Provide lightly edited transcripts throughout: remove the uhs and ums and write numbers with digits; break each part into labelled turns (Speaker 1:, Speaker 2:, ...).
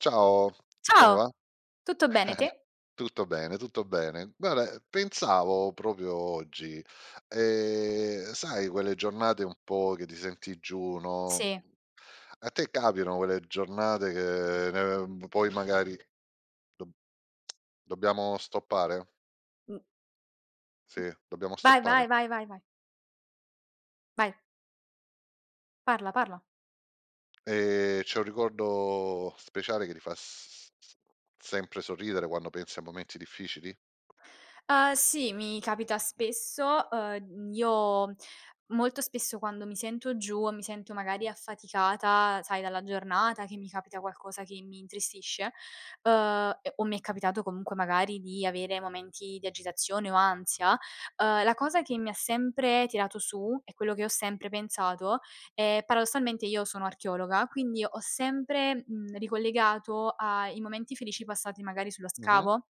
Speaker 1: Ciao, come va?
Speaker 2: Ciao, tutto bene te?
Speaker 1: Tutto bene, tutto bene. Guarda, pensavo proprio oggi, sai quelle giornate un po' che ti senti giù, no,
Speaker 2: Sì.
Speaker 1: a te capitano quelle giornate che ne poi magari dob dobbiamo stoppare?
Speaker 2: Mh,
Speaker 1: Sì, dobbiamo
Speaker 2: vai, vai,
Speaker 1: stoppare.
Speaker 2: vai, vai, vai. Vai, parla, parla.
Speaker 1: C'è un ricordo speciale che ti fa s s sempre sorridere quando pensi a momenti difficili?
Speaker 2: Sì, mi capita spesso. Io molto spesso quando mi sento giù o mi sento magari affaticata, sai, dalla giornata, che mi capita qualcosa che mi intristisce, o mi è capitato comunque magari di avere momenti di agitazione o ansia, la cosa che mi ha sempre tirato su e quello che ho sempre pensato è paradossalmente io sono archeologa, quindi ho sempre, ricollegato ai momenti felici passati magari sullo
Speaker 1: Mh-mh.
Speaker 2: scavo.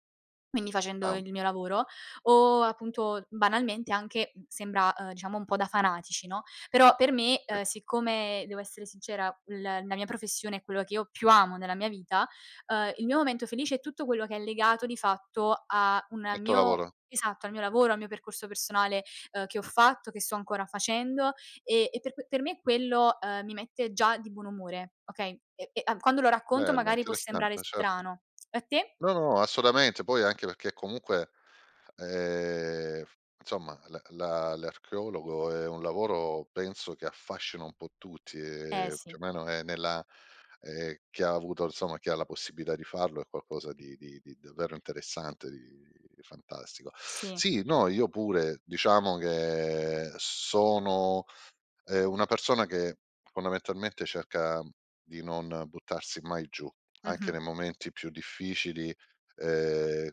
Speaker 2: Quindi facendo
Speaker 1: Ah,
Speaker 2: il mio lavoro o appunto banalmente anche, sembra, diciamo un po' da fanatici, no, però per me,
Speaker 1: sì,
Speaker 2: siccome devo essere sincera, l la mia professione è quello che io più amo nella mia vita, il mio momento felice è tutto quello che è legato di fatto a un
Speaker 1: il tuo
Speaker 2: mio
Speaker 1: lavoro.
Speaker 2: esatto, al mio lavoro, al mio percorso personale, che ho fatto, che sto ancora facendo per me quello, mi mette già di buon umore, okay, a quando lo racconto
Speaker 1: Bello,
Speaker 2: magari può sembrare
Speaker 1: interessante, certo.
Speaker 2: strano. A te?
Speaker 1: No, no, assolutamente. Poi anche perché comunque, f insomma la la l'archeologo è un lavoro penso che affascina un po' tutti,
Speaker 2: Eh
Speaker 1: più
Speaker 2: sì.
Speaker 1: o meno è nella chi ha avuto insomma chi ha la possibilità di farlo è qualcosa di davvero interessante, di fantastico.
Speaker 2: Sì.
Speaker 1: Sì, no, io pure diciamo che sono una persona che fondamentalmente cerca di non buttarsi mai giù, anche
Speaker 2: Mh-mh.
Speaker 1: nei momenti più difficili, ehm,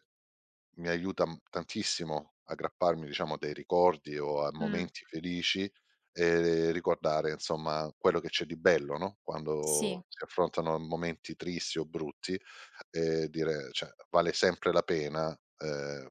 Speaker 1: mi aiuta m tantissimo a grapparmi, diciamo, a dei ricordi o a
Speaker 2: Mh.
Speaker 1: momenti felici e ricordare, insomma, quello che c'è di bello, no,
Speaker 2: Sì.
Speaker 1: quando si affrontano momenti tristi o brutti, e dire, cioè: "Vale sempre la pena,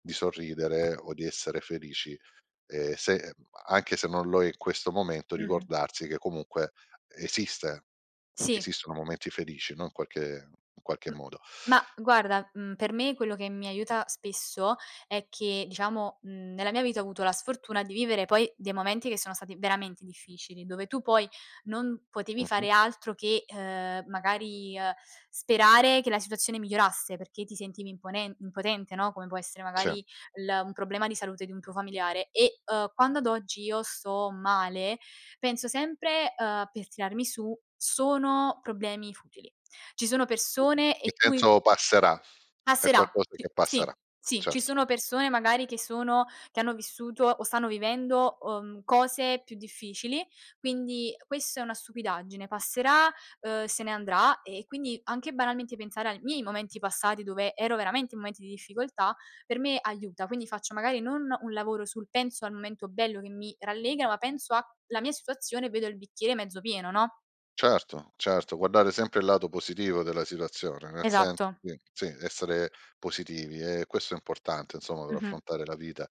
Speaker 1: di sorridere o di essere felici". Se anche se non lo è in questo momento,
Speaker 2: Mh-mh.
Speaker 1: ricordarsi che comunque esiste
Speaker 2: Sì.
Speaker 1: esistono momenti felici, no, in qualche
Speaker 2: M
Speaker 1: modo.
Speaker 2: Ma guarda, per me quello che mi aiuta spesso è che, diciamo, nella mia vita ho avuto la sfortuna di vivere poi dei momenti che sono stati veramente difficili, dove tu poi non potevi
Speaker 1: Mh-mh.
Speaker 2: fare altro che, sperare che la situazione migliorasse, perché ti sentivi imponen impotente, no, come può essere
Speaker 1: Sì.
Speaker 2: magari il un problema di salute di un tuo familiare. E, quando ad oggi io sto male penso sempre, per tirarmi su: sono problemi futili. Ci sono persone
Speaker 1: Nel
Speaker 2: e tu i
Speaker 1: senso passerà, è
Speaker 2: passerà.
Speaker 1: qualcosa che
Speaker 2: Ci
Speaker 1: passerà,
Speaker 2: Sì, sì, ci
Speaker 1: certo.
Speaker 2: sono persone magari che hanno vissuto o stanno vivendo, cose più difficili, quindi questo è una stupidaggine, passerà, se ne andrà e quindi anche banalmente pensare ai miei momenti passati dove ero veramente in momenti di difficoltà, per me aiuta. Quindi faccio magari non un lavoro sul penso al momento bello che mi rallegra, ma penso a la mia situazione e vedo il bicchiere mezzo pieno, no.
Speaker 1: Certo, certo, guardare sempre il lato positivo della situazione, nel
Speaker 2: Esatto.
Speaker 1: senso sì, sì, essere positivi e questo è importante insomma per
Speaker 2: Mh-mh.
Speaker 1: affrontare la vita.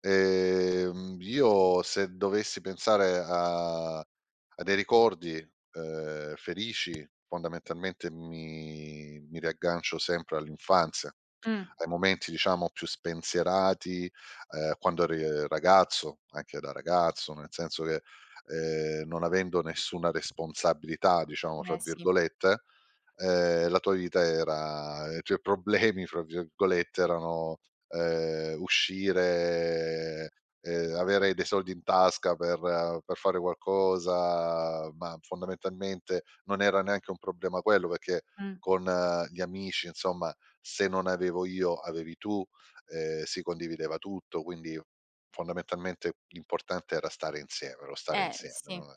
Speaker 1: Io se dovessi pensare a a dei ricordi, felici, fondamentalmente mi mi riaggancio sempre all'infanzia,
Speaker 2: Mh.
Speaker 1: ai momenti diciamo più spensierati, quando eri ragazzo, anche da ragazzo, nel senso che non avendo nessuna "responsabilità", diciamo fra
Speaker 2: Eh sì.
Speaker 1: virgolette, la tua vita era i tuoi "problemi" fra virgolette erano, uscire, avere dei soldi in tasca per per fare qualcosa, ma fondamentalmente non era neanche un problema quello, perché
Speaker 2: Mh.
Speaker 1: con gli amici insomma, se non avevo io avevi tu, si condivideva tutto, quindi fondamentalmente l'importante era stare insieme, lo stare insieme,
Speaker 2: Sì.
Speaker 1: no,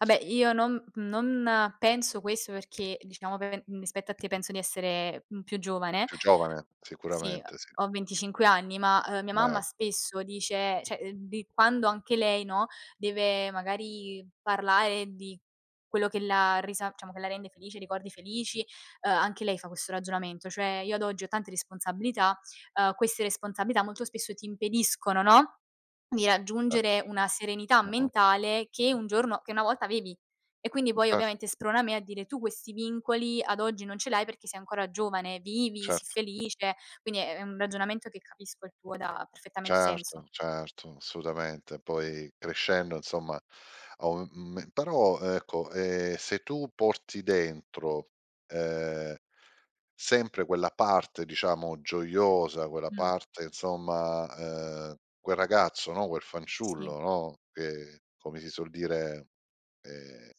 Speaker 1: sì.
Speaker 2: Vabbè, io non penso questo perché, diciamo, pe rispetto a te penso di essere, più giovane.
Speaker 1: Più giovane
Speaker 2: Sì,
Speaker 1: sicuramente sì,
Speaker 2: ho 25 anni, ma, mia
Speaker 1: ma
Speaker 2: mamma spesso dice cioè, di quando anche lei, no, deve magari parlare di quello che la risa diciamo, che la rende felice, ricordi felici, anche lei fa questo ragionamento, cioè: "Io ad oggi ho tante responsabilità, queste responsabilità molto spesso ti impediscono, no", di
Speaker 1: eh,
Speaker 2: raggiungere una serenità
Speaker 1: mh-mh.
Speaker 2: mentale che un giorno che una volta avevi. E quindi poi
Speaker 1: Certo,
Speaker 2: ovviamente sprona me a dire: "Tu questi vincoli ad oggi non ce l'hai perché sei ancora giovane, vivi, sii
Speaker 1: certo.
Speaker 2: felice". Quindi è un ragionamento che capisco il tuo ed ha perfettamente senso.
Speaker 1: Certo, certo, assolutamente. Poi crescendo insomma però ecco, se tu porti dentro, ehm, sempre quella parte diciamo gioiosa, quella
Speaker 2: Mh,
Speaker 1: parte insomma, quel ragazzo, no, quel
Speaker 2: sì.
Speaker 1: fanciullo, no, che come si suol dire, ehm,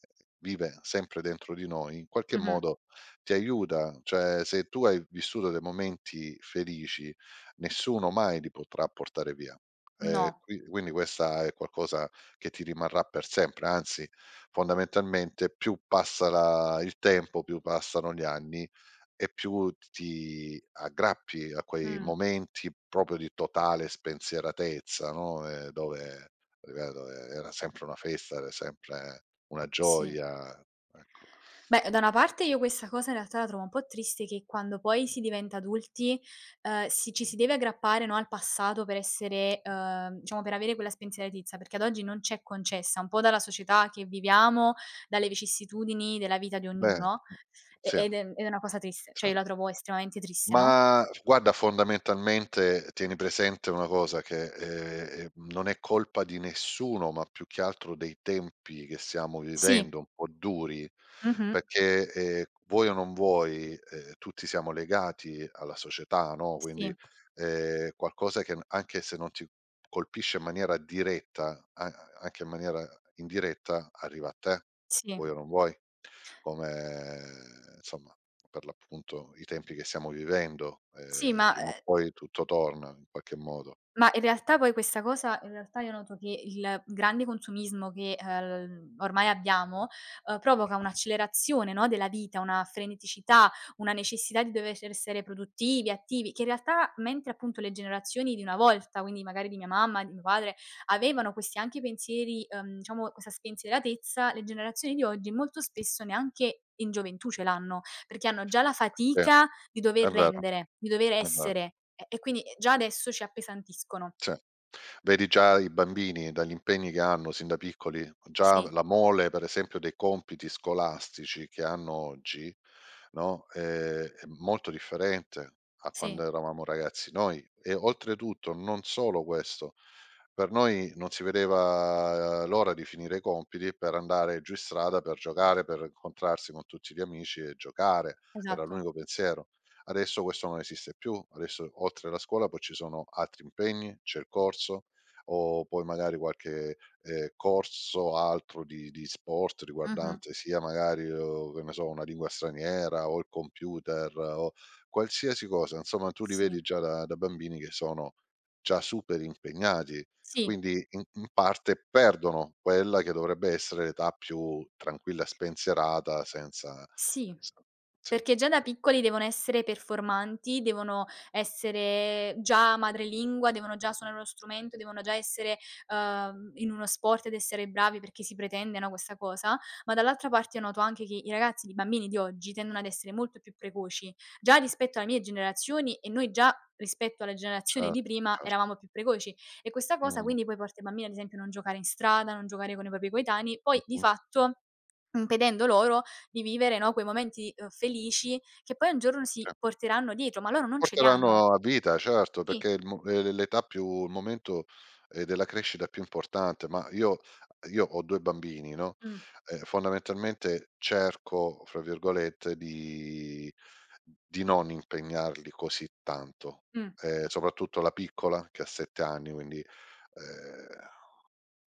Speaker 1: vive sempre dentro di noi, in qualche
Speaker 2: Mh-mh.
Speaker 1: modo ti aiuta, cioè se tu hai vissuto dei momenti felici. Nessuno mai li potrà portare via. Ehm,
Speaker 2: No.
Speaker 1: qui quindi questa è qualcosa che ti rimarrà per sempre, anzi fondamentalmente più passa la il tempo, più passano gli anni e più ti aggrappi a quei
Speaker 2: Mh,
Speaker 1: momenti proprio di totale spensieratezza, no, dove ripeto era sempre una festa, era sempre una
Speaker 2: sì.
Speaker 1: gioia, ecco.
Speaker 2: Beh, da una parte io questa cosa in realtà la trovo un po' triste che quando poi si diventa adulti, si ci si deve aggrappare, no, al passato per essere, diciamo, per avere quella spensieratezza, perché ad oggi non c'è concessa, un po' dalla società che viviamo, dalle vicissitudini della vita di
Speaker 1: Beh,
Speaker 2: ognuno, e
Speaker 1: sì,
Speaker 2: ed è ed è una cosa triste,
Speaker 1: sì.
Speaker 2: cioè io la trovo estremamente triste, no?
Speaker 1: Ma guarda, fondamentalmente tieni presente una cosa che, non è colpa di nessuno, ma più che altro dei tempi che stiamo
Speaker 2: Sì,
Speaker 1: vivendo un po' duri,
Speaker 2: mh-mh,
Speaker 1: perché, vuoi o non vuoi, tutti siamo legati alla società, no, quindi,
Speaker 2: sì,
Speaker 1: qualcosa che n anche se non ti colpisce in maniera diretta, a anche in maniera indiretta, arriva a te,
Speaker 2: sì,
Speaker 1: vuoi o non vuoi, come insomma per l'appunto i tempi che stiamo vivendo,
Speaker 2: sì.
Speaker 1: prima o poi tutto torna in qualche modo.
Speaker 2: Ma in realtà poi questa cosa in realtà io noto che il grande consumismo che, ormai abbiamo, provoca un'accelerazione, no, della vita, una freneticità, una necessità di dover essere produttivi, attivi, che in realtà, mentre appunto le generazioni di una volta, quindi magari di mia mamma, di mio padre, avevano questi anche pensieri, diciamo questa spensieratezza, le generazioni di oggi molto spesso neanche in gioventù ce l'hanno, perché hanno già la
Speaker 1: Sì,
Speaker 2: fatica
Speaker 1: è
Speaker 2: di dover
Speaker 1: vero,
Speaker 2: rendere, di dover
Speaker 1: è vero.
Speaker 2: essere e quindi già adesso ci appesantiscono.
Speaker 1: Sì. Vedi già i bambini dagli impegni che hanno sin da piccoli, già
Speaker 2: Sì,
Speaker 1: la mole per esempio dei compiti scolastici che hanno oggi, no, è molto differente a quando
Speaker 2: sì,
Speaker 1: eravamo ragazzi noi e oltretutto non solo questo, per noi non si vedeva l'ora di finire i compiti per andare giù in strada, per giocare, per incontrarsi con tutti gli amici e giocare, era
Speaker 2: esatto.
Speaker 1: l'unico pensiero. Adesso questo non esiste più, adesso oltre alla scuola poi ci sono altri impegni, c'è il corso o poi magari qualche, corso altro di sport
Speaker 2: Mh-mh.
Speaker 1: riguardante sia magari, che ne so, una lingua straniera o il computer o qualsiasi cosa, insomma tu li
Speaker 2: Sì,
Speaker 1: vedi già da bambini che sono già super impegnati,
Speaker 2: sì,
Speaker 1: quindi in parte perdono quella che dovrebbe essere l'età più tranquilla, spensierata senza
Speaker 2: sì.
Speaker 1: s sì.
Speaker 2: Perché già da piccoli devono essere performanti, devono essere già madrelingua, devono già suonare uno strumento, devono già essere, in uno sport ed essere bravi perché si pretende, no, questa cosa, ma dall'altra parte io noto anche che i ragazzi, i bambini di oggi tendono ad essere molto più precoci. Già rispetto alle mie generazioni e noi già rispetto alla generazione di
Speaker 1: Certo,
Speaker 2: prima
Speaker 1: certo.
Speaker 2: eravamo più precoci, e questa cosa
Speaker 1: Mh-mh,
Speaker 2: quindi poi porta i bambini ad esempio a non giocare in strada, a non giocare con i propri coetanei, poi di
Speaker 1: mh-mh,
Speaker 2: fatto impedendo loro di vivere, no, quei momenti, felici che poi un giorno
Speaker 1: sì.
Speaker 2: si porteranno dietro, ma loro non ce li hanno.
Speaker 1: Porteranno a vita, certo,
Speaker 2: Sì.
Speaker 1: perché il mo l'età più il momento, della crescita più importante, ma io ho 2 bambini, no,
Speaker 2: Mh,
Speaker 1: fondamentalmente cerco, fra virgolette, di non impegnarli così tanto,
Speaker 2: mh,
Speaker 1: soprattutto la piccola che ha 7 anni, quindi, ehm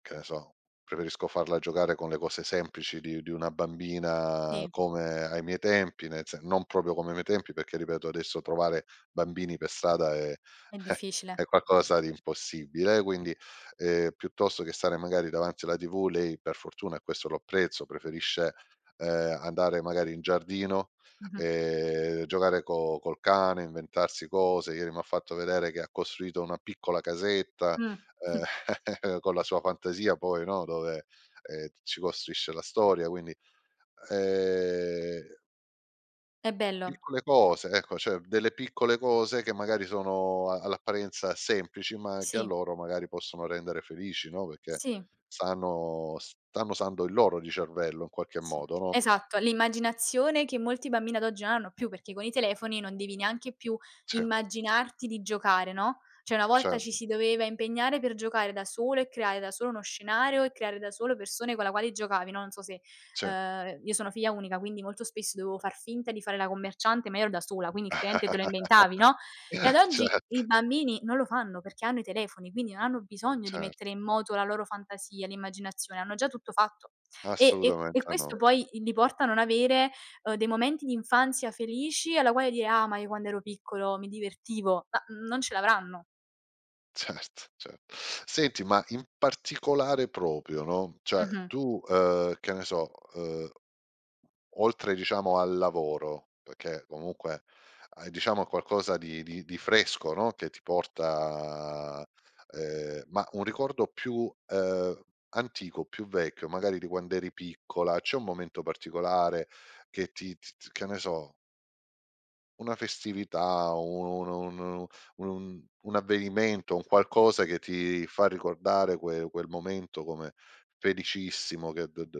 Speaker 1: che ne so, preferisco farla giocare con le cose semplici di una bambina
Speaker 2: sì,
Speaker 1: come ai miei tempi, nel sen non proprio come ai miei tempi, perché ripeto adesso trovare bambini per strada è
Speaker 2: è
Speaker 1: è
Speaker 2: difficile.
Speaker 1: qualcosa di impossibile, quindi, piuttosto che stare magari davanti alla TV lei per fortuna, e questo lo apprezzo, preferisce, andare magari in giardino,
Speaker 2: Mh-mh,
Speaker 1: giocare co col cane, inventarsi cose. Ieri m'ha fatto vedere che ha costruito una piccola casetta,
Speaker 2: mh,
Speaker 1: ehm,
Speaker 2: mh,
Speaker 1: con la sua fantasia poi, no, dove, ci costruisce la storia, quindi, ehm,
Speaker 2: è bello.
Speaker 1: piccole cose, ecco, cioè delle piccole cose che magari sono a all'apparenza semplici, ma che a
Speaker 2: Sì,
Speaker 1: loro magari possono rendere felici, no, perché
Speaker 2: sì.
Speaker 1: stanno usando il loro di cervello in qualche
Speaker 2: Sì,
Speaker 1: modo, no,
Speaker 2: esatto, l'immaginazione che molti bambini ad oggi non hanno più, perché con i telefoni non devi neanche più
Speaker 1: sì, sì,
Speaker 2: immaginarti di giocare, no, cioè una volta
Speaker 1: cer
Speaker 2: ci si doveva impegnare per giocare da solo e creare da solo uno scenario e creare da solo persone con la quali giocavi, no, non so se.
Speaker 1: sì.
Speaker 2: Io sono figlia unica, quindi molto spesso dovevo far finta di fare la commerciante, ma io ero da sola, quindi il cliente te lo inventavi, no, e
Speaker 1: Cer
Speaker 2: ad oggi
Speaker 1: cer
Speaker 2: i bambini non lo fanno perché hanno i telefoni, quindi non hanno bisogno di mettere in moto la loro fantasia, l'immaginazione, hanno già tutto fatto. E
Speaker 1: Assolutamente
Speaker 2: questo
Speaker 1: no.
Speaker 2: poi li porta a non avere, dei momenti di infanzia felici alla quale dire: "Ah, ma io quando ero piccolo mi divertivo". Ma non ce l'avranno.
Speaker 1: Certo, certo. Senti, ma in particolare proprio, no, cioè
Speaker 2: Mh-mh.
Speaker 1: tu, che ne so, oltre diciamo al lavoro, perché comunque hai diciamo qualcosa di fresco, no, che ti porta ma un ricordo più, antico, più vecchio, magari di quando eri piccola, c'è un momento particolare che ti ti t che ne so una festività, un avvenimento, un qualcosa che ti fa ricordare quel momento come felicissimo che d d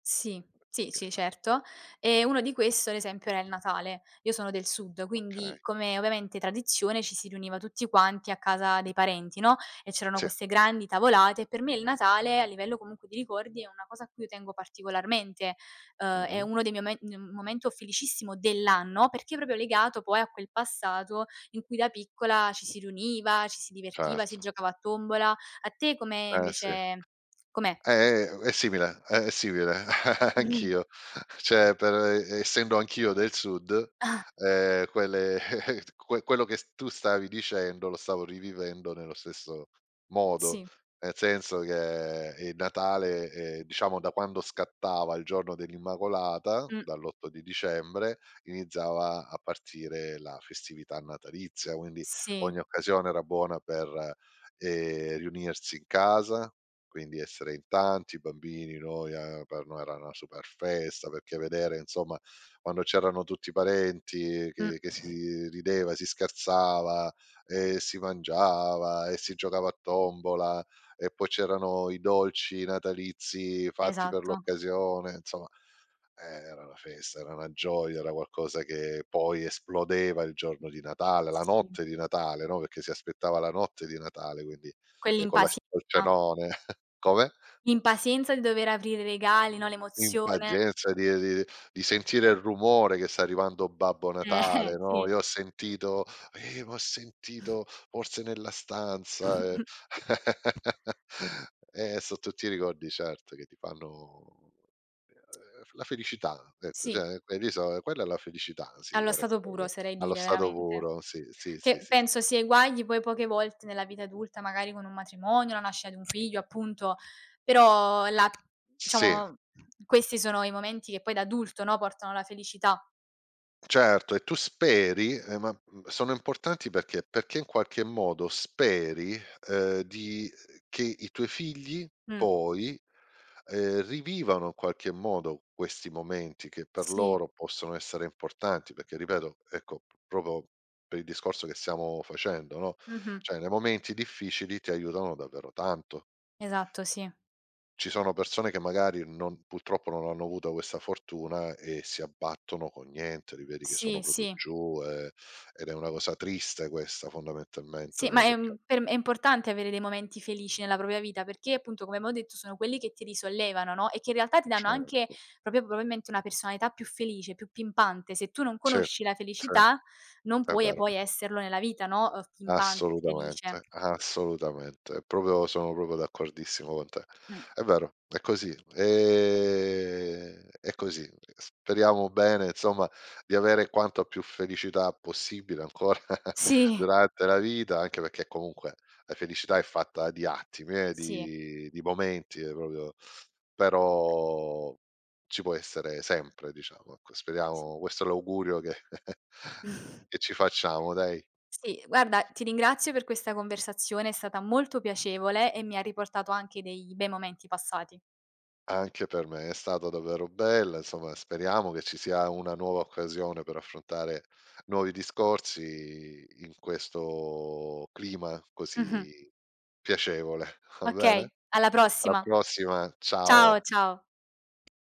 Speaker 2: Sì, sì,
Speaker 1: che
Speaker 2: sì, certo. E uno di questo, ad esempio, era il Natale. Io sono del sud,
Speaker 1: okay,
Speaker 2: quindi, come ovviamente tradizione, ci si riuniva tutti quanti a casa dei parenti, no, e c'erano
Speaker 1: sì,
Speaker 2: queste grandi tavolate e per me il Natale, a livello comunque di ricordi, è una cosa a cui io tengo particolarmente. È
Speaker 1: mh-mh,
Speaker 2: uno dei miei momento felicissimo dell'anno, perché è proprio legato poi a quel passato in cui da piccola ci si riuniva, ci si divertiva, si
Speaker 1: certo,
Speaker 2: giocava a tombola. A te come
Speaker 1: eh sì.
Speaker 2: invece com'è?
Speaker 1: È simile anch'io. Cioè per essendo anch'io del sud, quelle quello che s tu stavi dicendo lo stavo rivivendo nello stesso modo,
Speaker 2: Sì.
Speaker 1: nel senso che il Natale, diciamo da quando scattava il giorno dell'Immacolata,
Speaker 2: Mh,
Speaker 1: dall'8 di dicembre, iniziava a partire la festività natalizia, quindi
Speaker 2: sì,
Speaker 1: ogni occasione era buona per, riunirsi in casa, quindi essere in tanti, i bambini, noi, per noi era una super festa, perché vedere insomma quando c'erano tutti i parenti
Speaker 2: mh,
Speaker 1: che si rideva, si scherzava e si mangiava e si giocava a tombola e poi c'erano i dolci natalizi fatti per
Speaker 2: esatto,
Speaker 1: l'occasione, insomma era una festa, era una gioia, era qualcosa che poi esplodeva il giorno di Natale, la
Speaker 2: sì.
Speaker 1: notte di Natale, no, perché si aspettava la notte di Natale, quindi, con la c
Speaker 2: Quell'impazienza
Speaker 1: col cenone. Come?
Speaker 2: L'impazienza di dover aprire i regali, no,
Speaker 1: In
Speaker 2: l'emozione,
Speaker 1: pazienza di sentire il rumore che sta arrivando Babbo Natale, no,
Speaker 2: eh,
Speaker 1: io ho sentito: ma ho sentito forse nella stanza",
Speaker 2: sì.
Speaker 1: so' tutti i ricordi certo che ti fanno, la felicità, ecco,
Speaker 2: Sì,
Speaker 1: cioè quelli so quella è la felicità, sì,
Speaker 2: allo
Speaker 1: vera e
Speaker 2: stato puro
Speaker 1: propria,
Speaker 2: oserei
Speaker 1: allo
Speaker 2: dire
Speaker 1: stato
Speaker 2: veramente.
Speaker 1: puro, sì, sì, sì,
Speaker 2: Che
Speaker 1: sì, sì,
Speaker 2: penso
Speaker 1: sì.
Speaker 2: si eguagli poi poche volte nella vita adulta, magari con un matrimonio, la nascita di un figlio appunto, però la,
Speaker 1: Sì.
Speaker 2: diciamo, questi sono i momenti che poi da adulto, no, portano alla felicità.
Speaker 1: Certo, e tu speri, ma, sono importanti perché? Perché in qualche modo speri, di che i tuoi figli
Speaker 2: Mh,
Speaker 1: poi, rivivano in qualche modo questi momenti che per
Speaker 2: sì,
Speaker 1: loro possono essere importanti, perché ripeto, ecco, proprio per il discorso che stiamo facendo, no,
Speaker 2: mh-mh,
Speaker 1: cioè nei momenti difficili ti aiutano davvero tanto.
Speaker 2: esatto sì.
Speaker 1: Ci sono persone che magari non purtroppo non hanno avuto questa fortuna e si abbattono con niente, li vedi che sono
Speaker 2: Sì,
Speaker 1: proprio
Speaker 2: sì.
Speaker 1: giù, ed è una cosa triste questa fondamentalmente,
Speaker 2: Sì, ma
Speaker 1: no,
Speaker 2: è
Speaker 1: perché
Speaker 2: un per è importante avere dei momenti felici nella propria vita, perché appunto, come abbiamo detto, sono quelli che ti risollevano, no, e che in realtà ti danno anche
Speaker 1: certo.
Speaker 2: proprio probabilmente una personalità più felice, più pimpante. Se tu non
Speaker 1: Sì,
Speaker 2: conosci la
Speaker 1: sì,
Speaker 2: felicità, non
Speaker 1: è
Speaker 2: puoi
Speaker 1: vero.
Speaker 2: poi esserlo nella vita, no, pimpante, felice.
Speaker 1: Assolutamente, assolutamente. Proprio sono proprio d'accordissimo con te.
Speaker 2: Mh.
Speaker 1: È vero, è così. È così. Speriamo bene, insomma, di avere quanta più felicità possibile ancora
Speaker 2: Sì,
Speaker 1: durante la vita, anche perché comunque la felicità è fatta di attimi,
Speaker 2: sì,
Speaker 1: di momenti, proprio però ci può essere sempre, diciamo, ecco.
Speaker 2: sì.
Speaker 1: Speriamo questo è l'augurio che che ci facciamo, dai.
Speaker 2: Sì, guarda, ti ringrazio per questa conversazione, è stata molto piacevole e mi ha riportato anche dei bei momenti passati.
Speaker 1: Anche per me è stata davvero bella, insomma speriamo che ci sia una nuova occasione per affrontare nuovi discorsi in questo clima
Speaker 2: Mh-mh.
Speaker 1: così piacevole, va bene?
Speaker 2: Okay, alla
Speaker 1: Alla
Speaker 2: prossima.
Speaker 1: prossima,
Speaker 2: Ciao,
Speaker 1: ciao.
Speaker 2: ciao.